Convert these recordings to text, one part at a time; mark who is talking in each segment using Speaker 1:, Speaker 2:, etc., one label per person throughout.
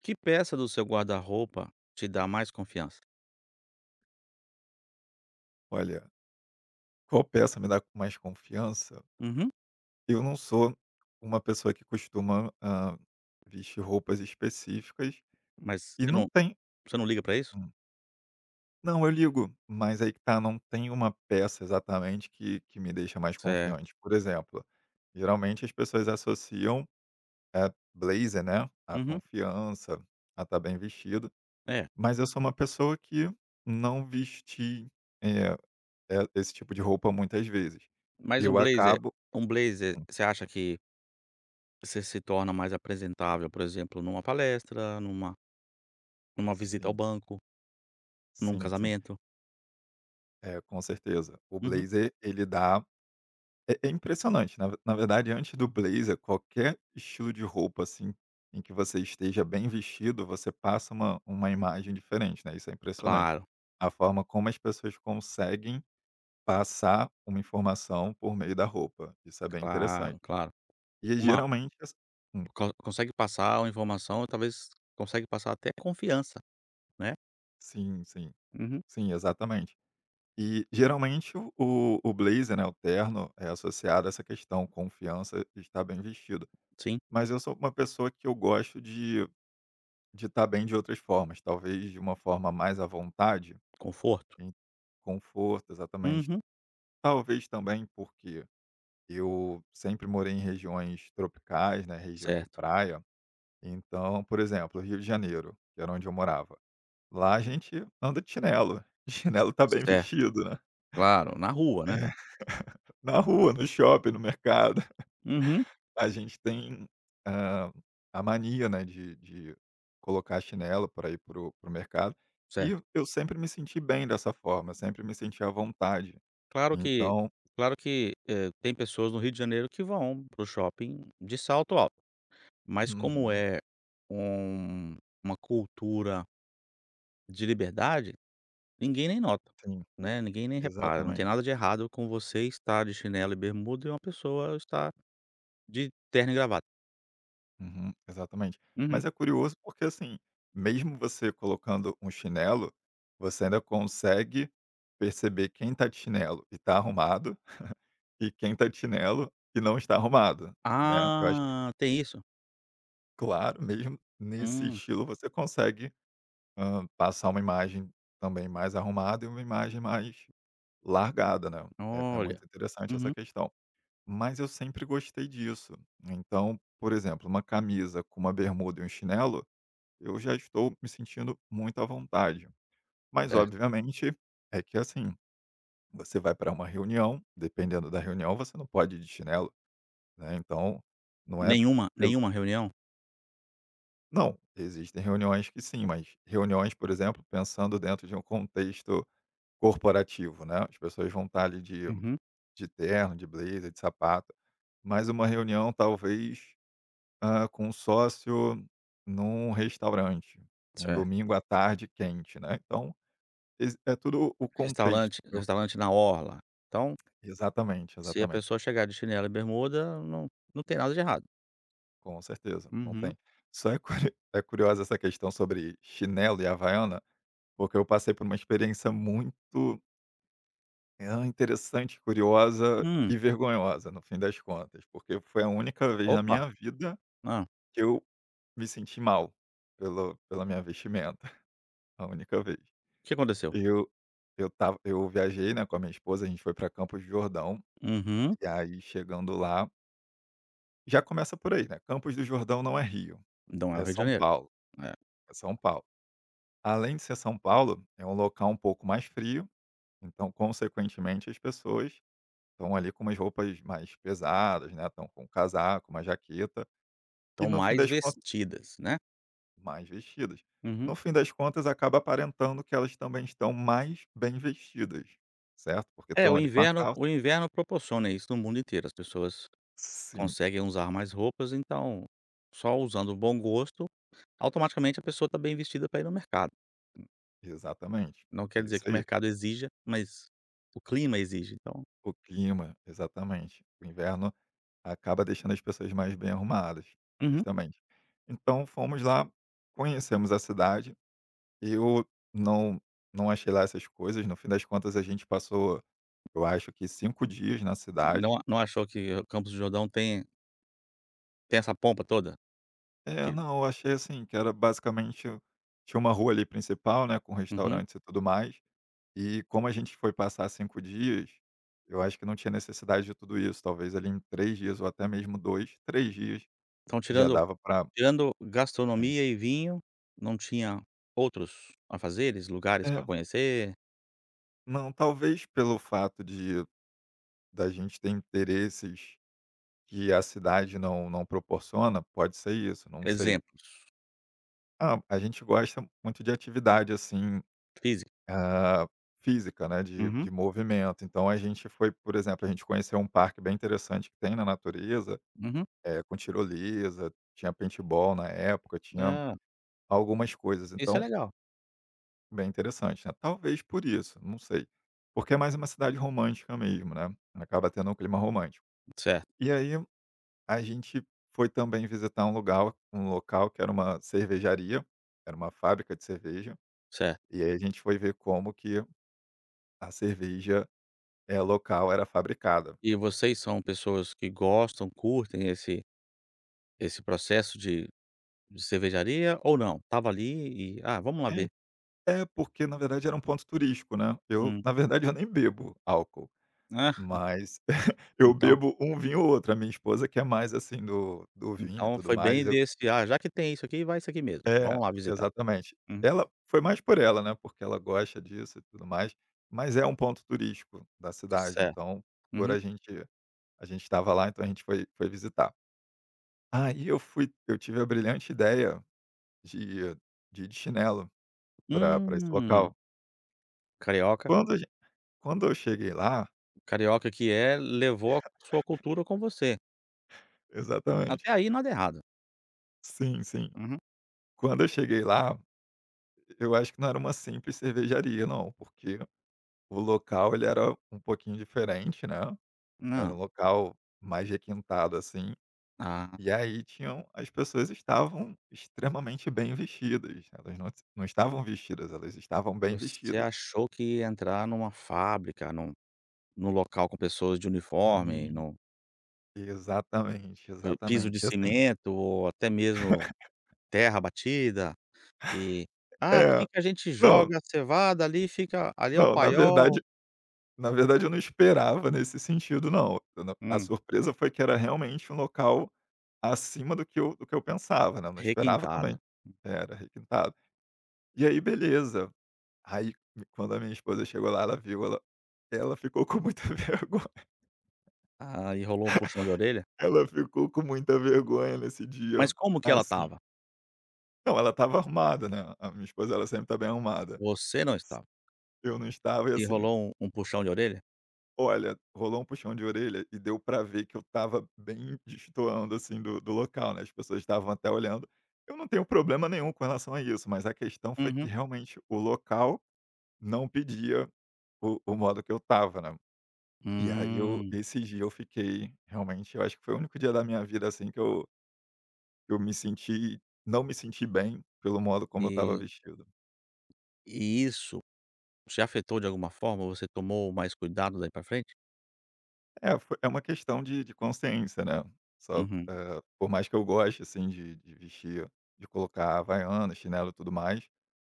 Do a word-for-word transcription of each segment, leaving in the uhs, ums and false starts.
Speaker 1: Que peça do seu guarda-roupa te dá mais confiança?
Speaker 2: Olha, qual peça me dá mais confiança?
Speaker 1: Uhum.
Speaker 2: Eu não sou uma pessoa que costuma, hã, vestir roupas específicas
Speaker 1: Mas
Speaker 2: e
Speaker 1: você
Speaker 2: não
Speaker 1: não
Speaker 2: tem
Speaker 1: você não liga pra isso?
Speaker 2: hum. Não, eu ligo, mas aí que tá, não tem uma peça exatamente que que me deixa mais
Speaker 1: Certo.
Speaker 2: confiante. Por exemplo, geralmente as pessoas associam, eh, blazer, né, a
Speaker 1: Uhum.
Speaker 2: confiança, a estar bem vestido,
Speaker 1: É.
Speaker 2: mas eu sou uma pessoa que não vesti, eh eh, esse tipo de roupa muitas vezes.
Speaker 1: Mas um
Speaker 2: Eu
Speaker 1: blazer
Speaker 2: acabo
Speaker 1: um blazer,
Speaker 2: hum,
Speaker 1: você acha que você se torna mais apresentável, por exemplo, numa palestra, numa numa visita ao
Speaker 2: sim.
Speaker 1: banco, num
Speaker 2: Sim, sim.
Speaker 1: casamento?
Speaker 2: É, com certeza. O
Speaker 1: Uhum.
Speaker 2: blazer, ele dá é é impressionante. Na na verdade, antes do blazer, qualquer estilo de roupa, assim, em que você esteja bem vestido, você passa uma uma imagem diferente, né, isso é impressionante.
Speaker 1: Claro,
Speaker 2: A forma como as pessoas conseguem passar uma informação por meio da roupa, isso é bem interessante.
Speaker 1: claro, claro.
Speaker 2: E
Speaker 1: Uma
Speaker 2: geralmente as hum,
Speaker 1: co Consegue passar uma informação, talvez consegue passar até confiança, né.
Speaker 2: sim, sim.
Speaker 1: Uhum.
Speaker 2: Sim, exatamente. E geralmente o o o blazer, né, o terno, é associado a essa questão confiança, estar bem vestido.
Speaker 1: Sim,
Speaker 2: Mas eu sou uma pessoa que eu gosto de de estar bem de outras formas, talvez de uma forma mais à vontade,
Speaker 1: conforto.
Speaker 2: em conforto, exatamente.
Speaker 1: Uhum.
Speaker 2: Talvez também porque eu sempre morei em regiões tropicais, né, regiões de
Speaker 1: Certo,
Speaker 2: praia. Então, por exemplo, Rio de Janeiro, que era onde eu morava, lá a gente anda de chinelo, chinelo tá bem
Speaker 1: certo.
Speaker 2: vestido, né.
Speaker 1: Claro, na rua, né.
Speaker 2: É. Na rua, no shopping, no mercado.
Speaker 1: Uhum.
Speaker 2: A gente tem, hã, a mania, né, de de colocar chinelo pra ir pro o mercado, e
Speaker 1: Certo.
Speaker 2: eu sempre me senti bem dessa forma, sempre me senti à vontade.
Speaker 1: Claro que
Speaker 2: Então
Speaker 1: claro que, eh, tem pessoas no Rio de Janeiro que vão pro shopping de salto alto, mas como
Speaker 2: uhum,
Speaker 1: é um uma cultura de liberdade, ninguém nem nota,
Speaker 2: sim,
Speaker 1: né, ninguém nem repara, não tem
Speaker 2: exatamente.
Speaker 1: nada de errado com você estar de chinelo e bermuda e uma pessoa estar de terno e gravata.
Speaker 2: Uhum, exatamente.
Speaker 1: Uhum.
Speaker 2: Mas é curioso porque, assim, mesmo você colocando um chinelo, você ainda consegue perceber quem tá de chinelo e tá arrumado, e quem tá de chinelo e não está arrumado, né. Eu acho
Speaker 1: Ah, tem isso?
Speaker 2: claro, mesmo nesse
Speaker 1: Hum,
Speaker 2: estilo você consegue, hã, passar uma imagem também mais arrumada e uma imagem mais largada, né. É é
Speaker 1: olha.
Speaker 2: muito interessante essa
Speaker 1: Uhum.
Speaker 2: questão. Mas eu sempre gostei disso. Então, por exemplo, uma camisa com uma bermuda e um chinelo, eu já estou me sentindo muito à vontade. Mas
Speaker 1: Certo.
Speaker 2: obviamente é que, assim, você vai para uma reunião, dependendo da reunião, você não pode ir de chinelo, né, então não é
Speaker 1: Nenhuma
Speaker 2: pel
Speaker 1: nenhuma reunião?
Speaker 2: não, existem reuniões que sim, mas reuniões, por exemplo, pensando dentro de um contexto corporativo, né? As pessoas vão estar ali de,
Speaker 1: Uhum.
Speaker 2: de terno, de blazer, de sapato, mas uma reunião talvez ah, com um sócio num restaurante, num
Speaker 1: Certo.
Speaker 2: domingo à tarde quente, né? Então, ex- é tudo o contexto.
Speaker 1: Restaurante
Speaker 2: Eu-
Speaker 1: restaurante na orla, então,
Speaker 2: Exatamente,
Speaker 1: se a
Speaker 2: exatamente.
Speaker 1: pessoa chegar de chinelo e bermuda, não não tem nada de errado.
Speaker 2: Com certeza, não
Speaker 1: Uhum.
Speaker 2: tem. Só é, curi- é curiosa essa questão sobre chinelo e havaiana, porque eu passei por uma experiência muito é interessante, curiosa
Speaker 1: "Hum,
Speaker 2: e vergonhosa, no fim das contas, porque foi a única vez na
Speaker 1: opa,
Speaker 2: minha vida
Speaker 1: ah,
Speaker 2: que eu me senti mal pelo pela minha vestimenta, a única vez.
Speaker 1: o que aconteceu?"
Speaker 2: Eu eu tava eu viajei, né, com a minha esposa, a gente foi para Campos do Jordão,
Speaker 1: "Uhum,
Speaker 2: e aí chegando lá já começa por aí, né, Campos do Jordão não é Rio,
Speaker 1: não é o
Speaker 2: é
Speaker 1: Rio de
Speaker 2: São
Speaker 1: Janeiro."
Speaker 2: Paulo,
Speaker 1: É,
Speaker 2: é São Paulo. Além de ser São Paulo, é um local um pouco mais frio, então, consequentemente, as pessoas estão ali com umas roupas mais pesadas, né, estão com um casaco, uma jaqueta, e
Speaker 1: estão
Speaker 2: no fim
Speaker 1: mais
Speaker 2: das contas
Speaker 1: vestidas, né.
Speaker 2: mais vestidas.
Speaker 1: Uhum.
Speaker 2: No fim das contas acaba aparentando que elas também estão mais bem vestidas, certo? Porque
Speaker 1: É,
Speaker 2: estão
Speaker 1: o
Speaker 2: ali com a
Speaker 1: inverno
Speaker 2: calça
Speaker 1: o inverno proporciona isso no mundo inteiro, as pessoas
Speaker 2: sim,
Speaker 1: conseguem usar mais roupas, então, só usando o bom gosto, automaticamente a pessoa está bem vestida para ir no mercado.
Speaker 2: exatamente.
Speaker 1: Não quer
Speaker 2: É
Speaker 1: dizer
Speaker 2: isso
Speaker 1: que o
Speaker 2: aí.
Speaker 1: mercado exija, mas o clima exige. Então.
Speaker 2: O clima, exatamente. O inverno acaba deixando as pessoas mais bem arrumadas,
Speaker 1: Uhum.
Speaker 2: justamente. Então fomos lá, conhecemos a cidade, eu não não achei lá essas coisas, no fim das contas a gente passou eu acho que cinco dias na cidade.
Speaker 1: Não a- não achou que o Campos do Jordão tem tem essa pompa toda?
Speaker 2: É, não, eu achei assim, que era basicamente tinha uma rua ali principal, né, com
Speaker 1: Uhum.
Speaker 2: restaurantes e tudo mais, e como a gente foi passar cinco dias, eu acho que não tinha necessidade de tudo isso, talvez ali em três dias ou até mesmo dois, três dias
Speaker 1: Então,
Speaker 2: já
Speaker 1: tirando
Speaker 2: dava para.
Speaker 1: tirando gastronomia e vinho, não tinha outros afazeres, lugares para
Speaker 2: É,
Speaker 1: conhecer?
Speaker 2: não, talvez pelo fato de da gente ter interesses que a cidade não não proporciona, pode ser isso, não sei.
Speaker 1: Exemplo,
Speaker 2: Ah, a gente gosta muito de atividade, assim,
Speaker 1: físico.
Speaker 2: ah, física, né, de
Speaker 1: Uhum,
Speaker 2: de movimento. Então a gente foi, por exemplo, a gente conheceu um parque bem interessante que tem na natureza,
Speaker 1: uhum.
Speaker 2: eh, com tirolesa, tinha paintball na época, tinha
Speaker 1: Ah,
Speaker 2: algumas coisas,
Speaker 1: isso é
Speaker 2: então
Speaker 1: legal.
Speaker 2: bem interessante, né. Talvez por isso, não sei, porque é mais uma cidade romântica mesmo, né, acaba tendo um clima romântico.
Speaker 1: Certo,
Speaker 2: E aí a gente foi também visitar um lugar um local que era uma cervejaria, era uma fábrica de cerveja,
Speaker 1: certo.
Speaker 2: e aí a gente foi ver como que a cerveja é, local, era fabricada.
Speaker 1: E vocês são pessoas que gostam, curtem esse esse processo de de cervejaria ou não? Tava ali e: "Ah, vamos lá
Speaker 2: É,
Speaker 1: ver".
Speaker 2: é, porque na verdade era um ponto turístico, né. Eu,
Speaker 1: Hum.
Speaker 2: na verdade, eu nem bebo álcool,
Speaker 1: Ah,
Speaker 2: mas eu
Speaker 1: então
Speaker 2: bebo um vinho ou outro. A minha esposa que é mais, assim, do do vinho e
Speaker 1: então
Speaker 2: tudo
Speaker 1: foi
Speaker 2: mais,
Speaker 1: bem
Speaker 2: eu
Speaker 1: desse: "Ah, já que tem isso aqui, vai isso aqui mesmo.
Speaker 2: é,
Speaker 1: Vamos lá visitar".
Speaker 2: exatamente.
Speaker 1: Uhum.
Speaker 2: Ela foi mais por ela, né, porque ela gosta disso e tudo mais, mas é um ponto turístico da cidade,
Speaker 1: Certo.
Speaker 2: então, por
Speaker 1: Uhum.
Speaker 2: a gente a gente estava lá, então a gente foi foi visitar. Aí eu fui eu tive a brilhante ideia de de ir de chinelo para pra esse
Speaker 1: Hum,
Speaker 2: local.
Speaker 1: carioca
Speaker 2: Quando a Quando eu cheguei lá
Speaker 1: Carioca que é, levou a sua cultura com você.
Speaker 2: exatamente.
Speaker 1: Até aí nada errado.
Speaker 2: Sim, sim.
Speaker 1: Uhum.
Speaker 2: Quando eu cheguei lá, eu acho que não era uma simples cervejaria não, porque o local ele era um pouquinho diferente, né, era um
Speaker 1: Não.
Speaker 2: local mais requintado, assim,
Speaker 1: Ah,
Speaker 2: e aí tinham as pessoas estavam extremamente bem vestidas, elas não não estavam vestidas, elas estavam bem
Speaker 1: você
Speaker 2: vestidas.
Speaker 1: achou que ia entrar numa fábrica, num num local com pessoas de uniforme,
Speaker 2: Sim,
Speaker 1: no
Speaker 2: exatamente,
Speaker 1: p piso de
Speaker 2: exatamente, assim
Speaker 1: cimento ou até mesmo terra batida e: "Ah,
Speaker 2: é,
Speaker 1: aqui que a gente
Speaker 2: não,
Speaker 1: joga a cevada, ali fica, ali é o
Speaker 2: não, na verdade
Speaker 1: paiol".
Speaker 2: na verdade eu não esperava nesse sentido não, eu não a
Speaker 1: Hum.
Speaker 2: surpresa foi que era realmente um local acima do que eu do que eu pensava, né, eu não esperava também
Speaker 1: Requintado.
Speaker 2: era requintado. E aí beleza, aí quando a minha esposa chegou lá, ela viu, ela ela ficou com muita vergonha,
Speaker 1: Aí rolou um puxão de orelha.
Speaker 2: ela ficou com muita vergonha nesse
Speaker 1: Mas
Speaker 2: dia,
Speaker 1: como que ela
Speaker 2: assim.
Speaker 1: estava?
Speaker 2: Não, ela estava arrumada, né, a minha esposa ela sempre tá bem arrumada.
Speaker 1: Você não estava.
Speaker 2: Eu não estava e
Speaker 1: E
Speaker 2: assim,
Speaker 1: rolou um um puxão de orelha?
Speaker 2: olha, rolou um puxão de orelha e deu pra ver que eu estava bem destoando, assim, do do local, né, as pessoas estavam até olhando. Eu não tenho problema nenhum com relação a isso, mas a questão foi que
Speaker 1: Uhum.
Speaker 2: realmente o local não pedia o o modo que eu estava, né. E aí eu
Speaker 1: Hum.
Speaker 2: esse dia eu fiquei realmente eu acho que foi o único dia da minha vida, assim, que eu eu me senti não me senti bem pelo modo como eu estava
Speaker 1: E
Speaker 2: vestido.
Speaker 1: e isso te afetou de alguma forma? Você tomou mais cuidado daí pra frente?
Speaker 2: É, fo é uma questão de de consciência, né, só,
Speaker 1: Uhum.
Speaker 2: eh, por mais que eu goste, assim, de de vestir, de colocar havaiana, chinelo e tudo mais,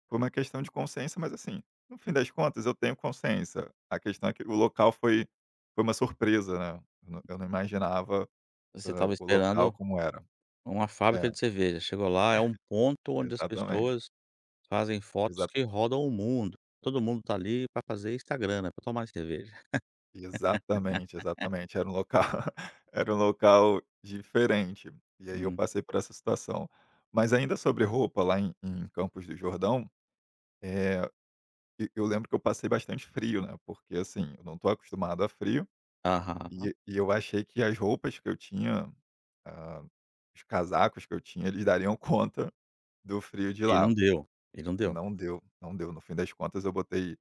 Speaker 2: foi uma questão de consciência, mas assim, no fim das contas eu tenho consciência, a questão é que o local foi foi uma surpresa, né, eu não eu não imaginava,
Speaker 1: Você
Speaker 2: hã,
Speaker 1: estava
Speaker 2: o local
Speaker 1: esperando
Speaker 2: como era.
Speaker 1: uma
Speaker 2: É,
Speaker 1: fábrica de cerveja, chegou lá, é um ponto onde as pessoas fazem fotos que
Speaker 2: exatamente.
Speaker 1: rodam o mundo. Todo mundo tá ali pra fazer Instagram, né, pra tomar cerveja.
Speaker 2: Exatamente, exatamente. Era um local era um local diferente. E aí eu
Speaker 1: Hum.
Speaker 2: passei por essa situação. Mas ainda sobre roupa, lá em em Campos do Jordão, eh, e eu lembro que eu passei bastante frio, né, porque, assim, eu não estou acostumado a frio,
Speaker 1: Aham.
Speaker 2: e e eu achei que as roupas que eu tinha, ah, os casacos que eu tinha, eles dariam conta do frio de
Speaker 1: E não
Speaker 2: lá.
Speaker 1: deu, e não deu.
Speaker 2: Não deu, não deu. No fim das contas eu botei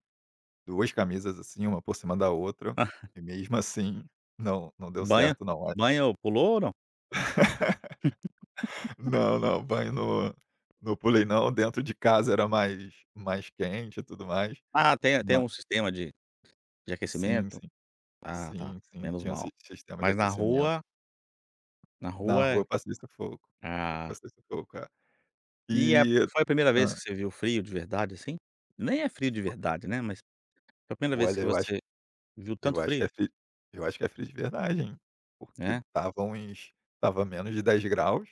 Speaker 2: duas camisas, assim, uma por cima da outra, e mesmo assim não, não deu
Speaker 1: Banho
Speaker 2: certo não. Aí
Speaker 1: banho pulou ou não?
Speaker 2: não, não, banho no no pulei não, dentro de casa era mais mais quente e tudo mais,
Speaker 1: Ah, tem tem
Speaker 2: ma
Speaker 1: um sistema de de
Speaker 2: sim,
Speaker 1: aquecimento?
Speaker 2: sim,
Speaker 1: Ah, tá,
Speaker 2: sim, sim,
Speaker 1: menos
Speaker 2: tinha um
Speaker 1: mal.
Speaker 2: si sistema de
Speaker 1: Mas na
Speaker 2: aquecimento.
Speaker 1: rua na
Speaker 2: Na
Speaker 1: rua
Speaker 2: rua
Speaker 1: é?
Speaker 2: eu passei sufoco, eu
Speaker 1: Ah.
Speaker 2: passei sufoco, é.
Speaker 1: E a
Speaker 2: E
Speaker 1: foi a primeira vez
Speaker 2: hã.
Speaker 1: que você viu frio de verdade, assim? Nem é frio de verdade, né, mas foi a primeira vez
Speaker 2: Olha,
Speaker 1: que
Speaker 2: eu acho
Speaker 1: você viu
Speaker 2: eu
Speaker 1: tanto
Speaker 2: acho que
Speaker 1: frio,
Speaker 2: é frio eu acho que é frio de verdade, hein, porque
Speaker 1: né?
Speaker 2: tava uns tava menos de dez graus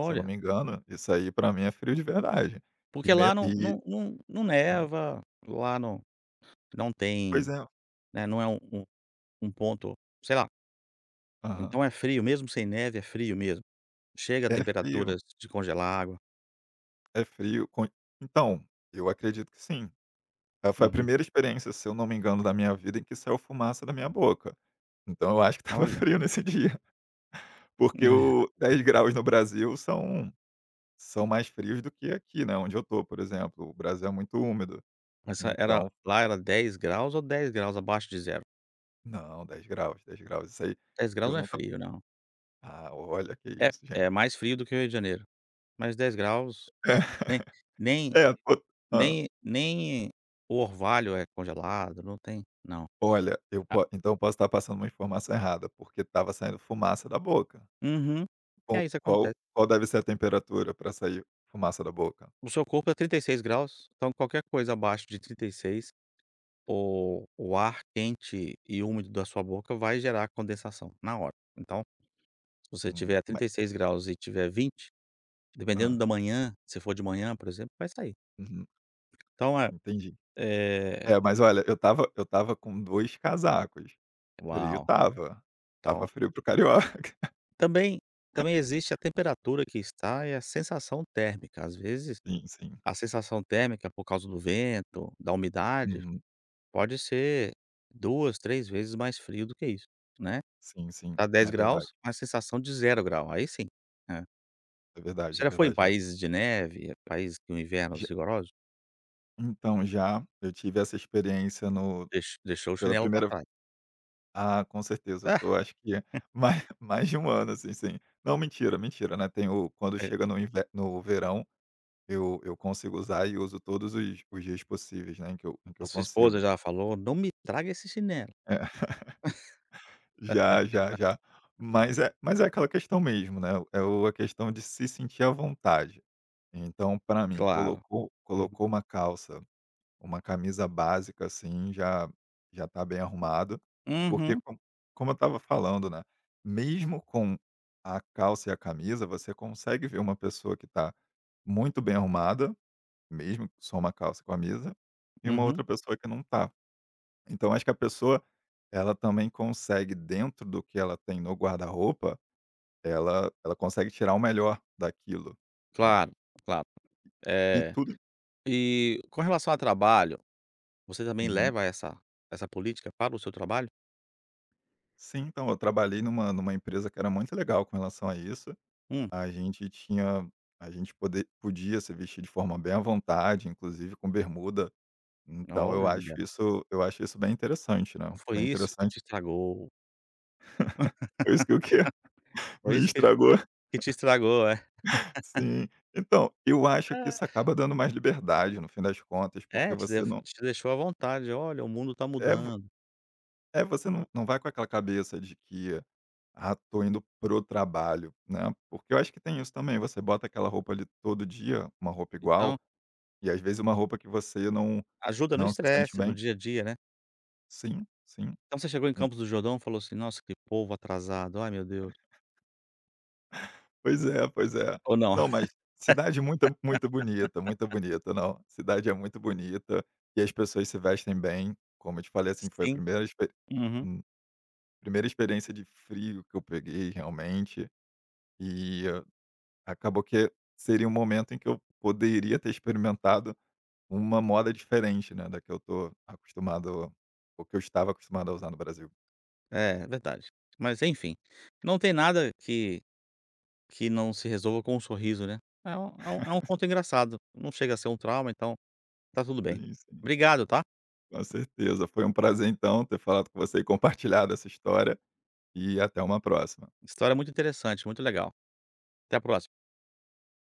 Speaker 2: se eu não me engano, isso aí pra mim é frio de verdade. E
Speaker 1: porque
Speaker 2: me
Speaker 1: lá não
Speaker 2: e
Speaker 1: não não não
Speaker 2: hã,
Speaker 1: neva, lá não não
Speaker 2: pois
Speaker 1: tem,
Speaker 2: é.
Speaker 1: né, não é um um um ponto, sei lá,
Speaker 2: Aham.
Speaker 1: então é frio mesmo sem neve, é frio mesmo. Chega a
Speaker 2: É frio,
Speaker 1: temperaturas de congelar água.
Speaker 2: é frio com então, eu acredito que sim. Eh, foi a
Speaker 1: Uhum.
Speaker 2: primeira experiência, se eu não me engano, da minha vida em que saiu fumaça da minha boca. Então eu acho que estava
Speaker 1: Olha,
Speaker 2: frio nesse dia, porque o dez graus no Brasil são são mais frios do que aqui, né, onde eu tô, por exemplo. O Brasil é muito úmido,
Speaker 1: essa era
Speaker 2: então
Speaker 1: lá era dez graus ou dez graus abaixo de zero.
Speaker 2: não, dez graus, dez graus. Isso aí
Speaker 1: Dez graus
Speaker 2: eu
Speaker 1: não é
Speaker 2: nunca
Speaker 1: frio não.
Speaker 2: ah, olha, que
Speaker 1: É
Speaker 2: isso, gente.
Speaker 1: é mais frio do que o Rio de Janeiro, mas dez graus nem nem
Speaker 2: É, é,
Speaker 1: Nem nem o orvalho é congelado, não tem não.
Speaker 2: olha, eu
Speaker 1: Ah.
Speaker 2: po então eu posso estar passando uma informação errada, porque estava saindo fumaça da boca.
Speaker 1: Uhum.
Speaker 2: Qual
Speaker 1: É, isso
Speaker 2: qual
Speaker 1: acontece.
Speaker 2: qual deve ser a temperatura para sair fumaça da boca?
Speaker 1: O seu corpo é trinta e seis graus, então qualquer coisa abaixo de trinta e seis, o o ar quente e úmido da sua boca vai gerar condensação na hora. Então, se você
Speaker 2: Hum,
Speaker 1: tiver a
Speaker 2: ma
Speaker 1: trinta e seis graus e tiver vinte, dependendo
Speaker 2: hã,
Speaker 1: da manhã, se for de manhã, por exemplo, vai sair.
Speaker 2: uhum,
Speaker 1: Então é
Speaker 2: entendi.
Speaker 1: é
Speaker 2: É, mas olha, eu estava eu estava com dois casacos. Frio
Speaker 1: uau!
Speaker 2: tava, tava
Speaker 1: Então
Speaker 2: frio pro carioca.
Speaker 1: também também existe a temperatura que está e a sensação térmica. Às vezes
Speaker 2: Sim, sim.
Speaker 1: A sensação térmica, por causa do vento, da umidade,
Speaker 2: Uhum.
Speaker 1: pode ser duas três vezes mais frio do que isso, né.
Speaker 2: Sim, sim.
Speaker 1: Tá dez
Speaker 2: É verdade,
Speaker 1: graus, mas sensação de zero grau, aí sim. É.
Speaker 2: é verdade,
Speaker 1: Você
Speaker 2: é
Speaker 1: já foi em
Speaker 2: verdade, é.
Speaker 1: países de neve, países com
Speaker 2: Já
Speaker 1: invernos rigorosos?
Speaker 2: então já eu tive essa experiência no
Speaker 1: Deix deixou o
Speaker 2: pela
Speaker 1: chinelo pra
Speaker 2: primeira
Speaker 1: trás.
Speaker 2: ah, com certeza, eu
Speaker 1: Ah,
Speaker 2: tô acho que mais mais de um ano, assim, sim. Não, mentira, mentira, né, tenho quando
Speaker 1: é,
Speaker 2: chega no inver no verão, eu eu consigo usar e uso todos os os dias possíveis, né, em que eu em que
Speaker 1: a
Speaker 2: eu
Speaker 1: sua esposa
Speaker 2: consigo.
Speaker 1: já falou: "Não me traga esse chinelo".
Speaker 2: É, já, já, já. Mas é mas é aquela questão mesmo, né, é o a questão de se sentir à vontade. Então, para mim,
Speaker 1: Claro.
Speaker 2: colocou
Speaker 1: Uhum.
Speaker 2: colocou uma calça uma camisa básica, assim, já já tá bem arrumado, porque
Speaker 1: Uhum,
Speaker 2: com como eu estava falando, né, mesmo com a calça e a camisa, você consegue ver uma pessoa que está muito bem arrumada, mesmo só uma calça e camisa, e uma
Speaker 1: uhum.
Speaker 2: outra pessoa que não tá. Então acho que a pessoa, ela também consegue dentro do que ela tem no guarda-roupa, ela ela consegue tirar o melhor daquilo, né.
Speaker 1: Claro, claro.
Speaker 2: E
Speaker 1: É,
Speaker 2: tudo
Speaker 1: e com relação ao trabalho, você também
Speaker 2: uhum.
Speaker 1: leva essa essa política para o seu trabalho?
Speaker 2: Sim, então, eu trabalhei numa numa empresa que era muito legal com relação a isso.
Speaker 1: Hum.
Speaker 2: A gente tinha a gente poder podia se vestir de forma bem à vontade, inclusive com bermuda, então eu
Speaker 1: Olha,
Speaker 2: acho
Speaker 1: então
Speaker 2: isso eu acho isso bem interessante, né,
Speaker 1: foi
Speaker 2: bem
Speaker 1: isso que te
Speaker 2: interessante.
Speaker 1: estragou,
Speaker 2: Foi isso que o que
Speaker 1: foi
Speaker 2: me
Speaker 1: isso que
Speaker 2: estragou.
Speaker 1: que te estragou, é.
Speaker 2: Sim. Então, eu acho que isso
Speaker 1: É.
Speaker 2: acaba dando mais liberdade no fim das contas, porque
Speaker 1: É, te
Speaker 2: você
Speaker 1: def
Speaker 2: não
Speaker 1: te deixou à vontade, olha, o mundo tá
Speaker 2: é vo
Speaker 1: mudando,
Speaker 2: é, você não não vai com aquela cabeça de que: "Ah, estou indo pro trabalho", né, porque eu acho que tem isso também, você bota aquela roupa ali todo dia, uma roupa igual,
Speaker 1: então
Speaker 2: e às vezes uma roupa que você não
Speaker 1: ajuda no
Speaker 2: não se sente
Speaker 1: estresse, no
Speaker 2: bem.
Speaker 1: dia a dia, né.
Speaker 2: Sim, sim.
Speaker 1: Então você chegou em
Speaker 2: En
Speaker 1: Campos do Jordão, e falou assim: "Nossa, que povo atrasado, ai meu Deus",
Speaker 2: pois é, pois é.
Speaker 1: ou não?
Speaker 2: Não, mas cidade muito muito bonita, muito bonita. Não, cidade é muito bonita e as pessoas se vestem bem. Como eu te falei, assim, foi a
Speaker 1: Sim,
Speaker 2: primeira expe
Speaker 1: uhum,
Speaker 2: hum, primeira experiência de frio que eu peguei realmente e eh, acabou que seria um momento em que eu poderia ter experimentado uma moda diferente, né, da que eu tô acostumado ou que eu estava acostumado a usar no Brasil.
Speaker 1: é verdade. Mas enfim, não tem nada que que não se resolva com um sorriso, né. É um é um é um conto engraçado, não chega a ser um trauma, então tá tudo bem.
Speaker 2: Sim, sim,
Speaker 1: Obrigado, tá.
Speaker 2: com certeza. Foi um prazer, então, ter falado com você e compartilhado essa história. E até uma próxima.
Speaker 1: História muito interessante, muito legal. Até a próxima.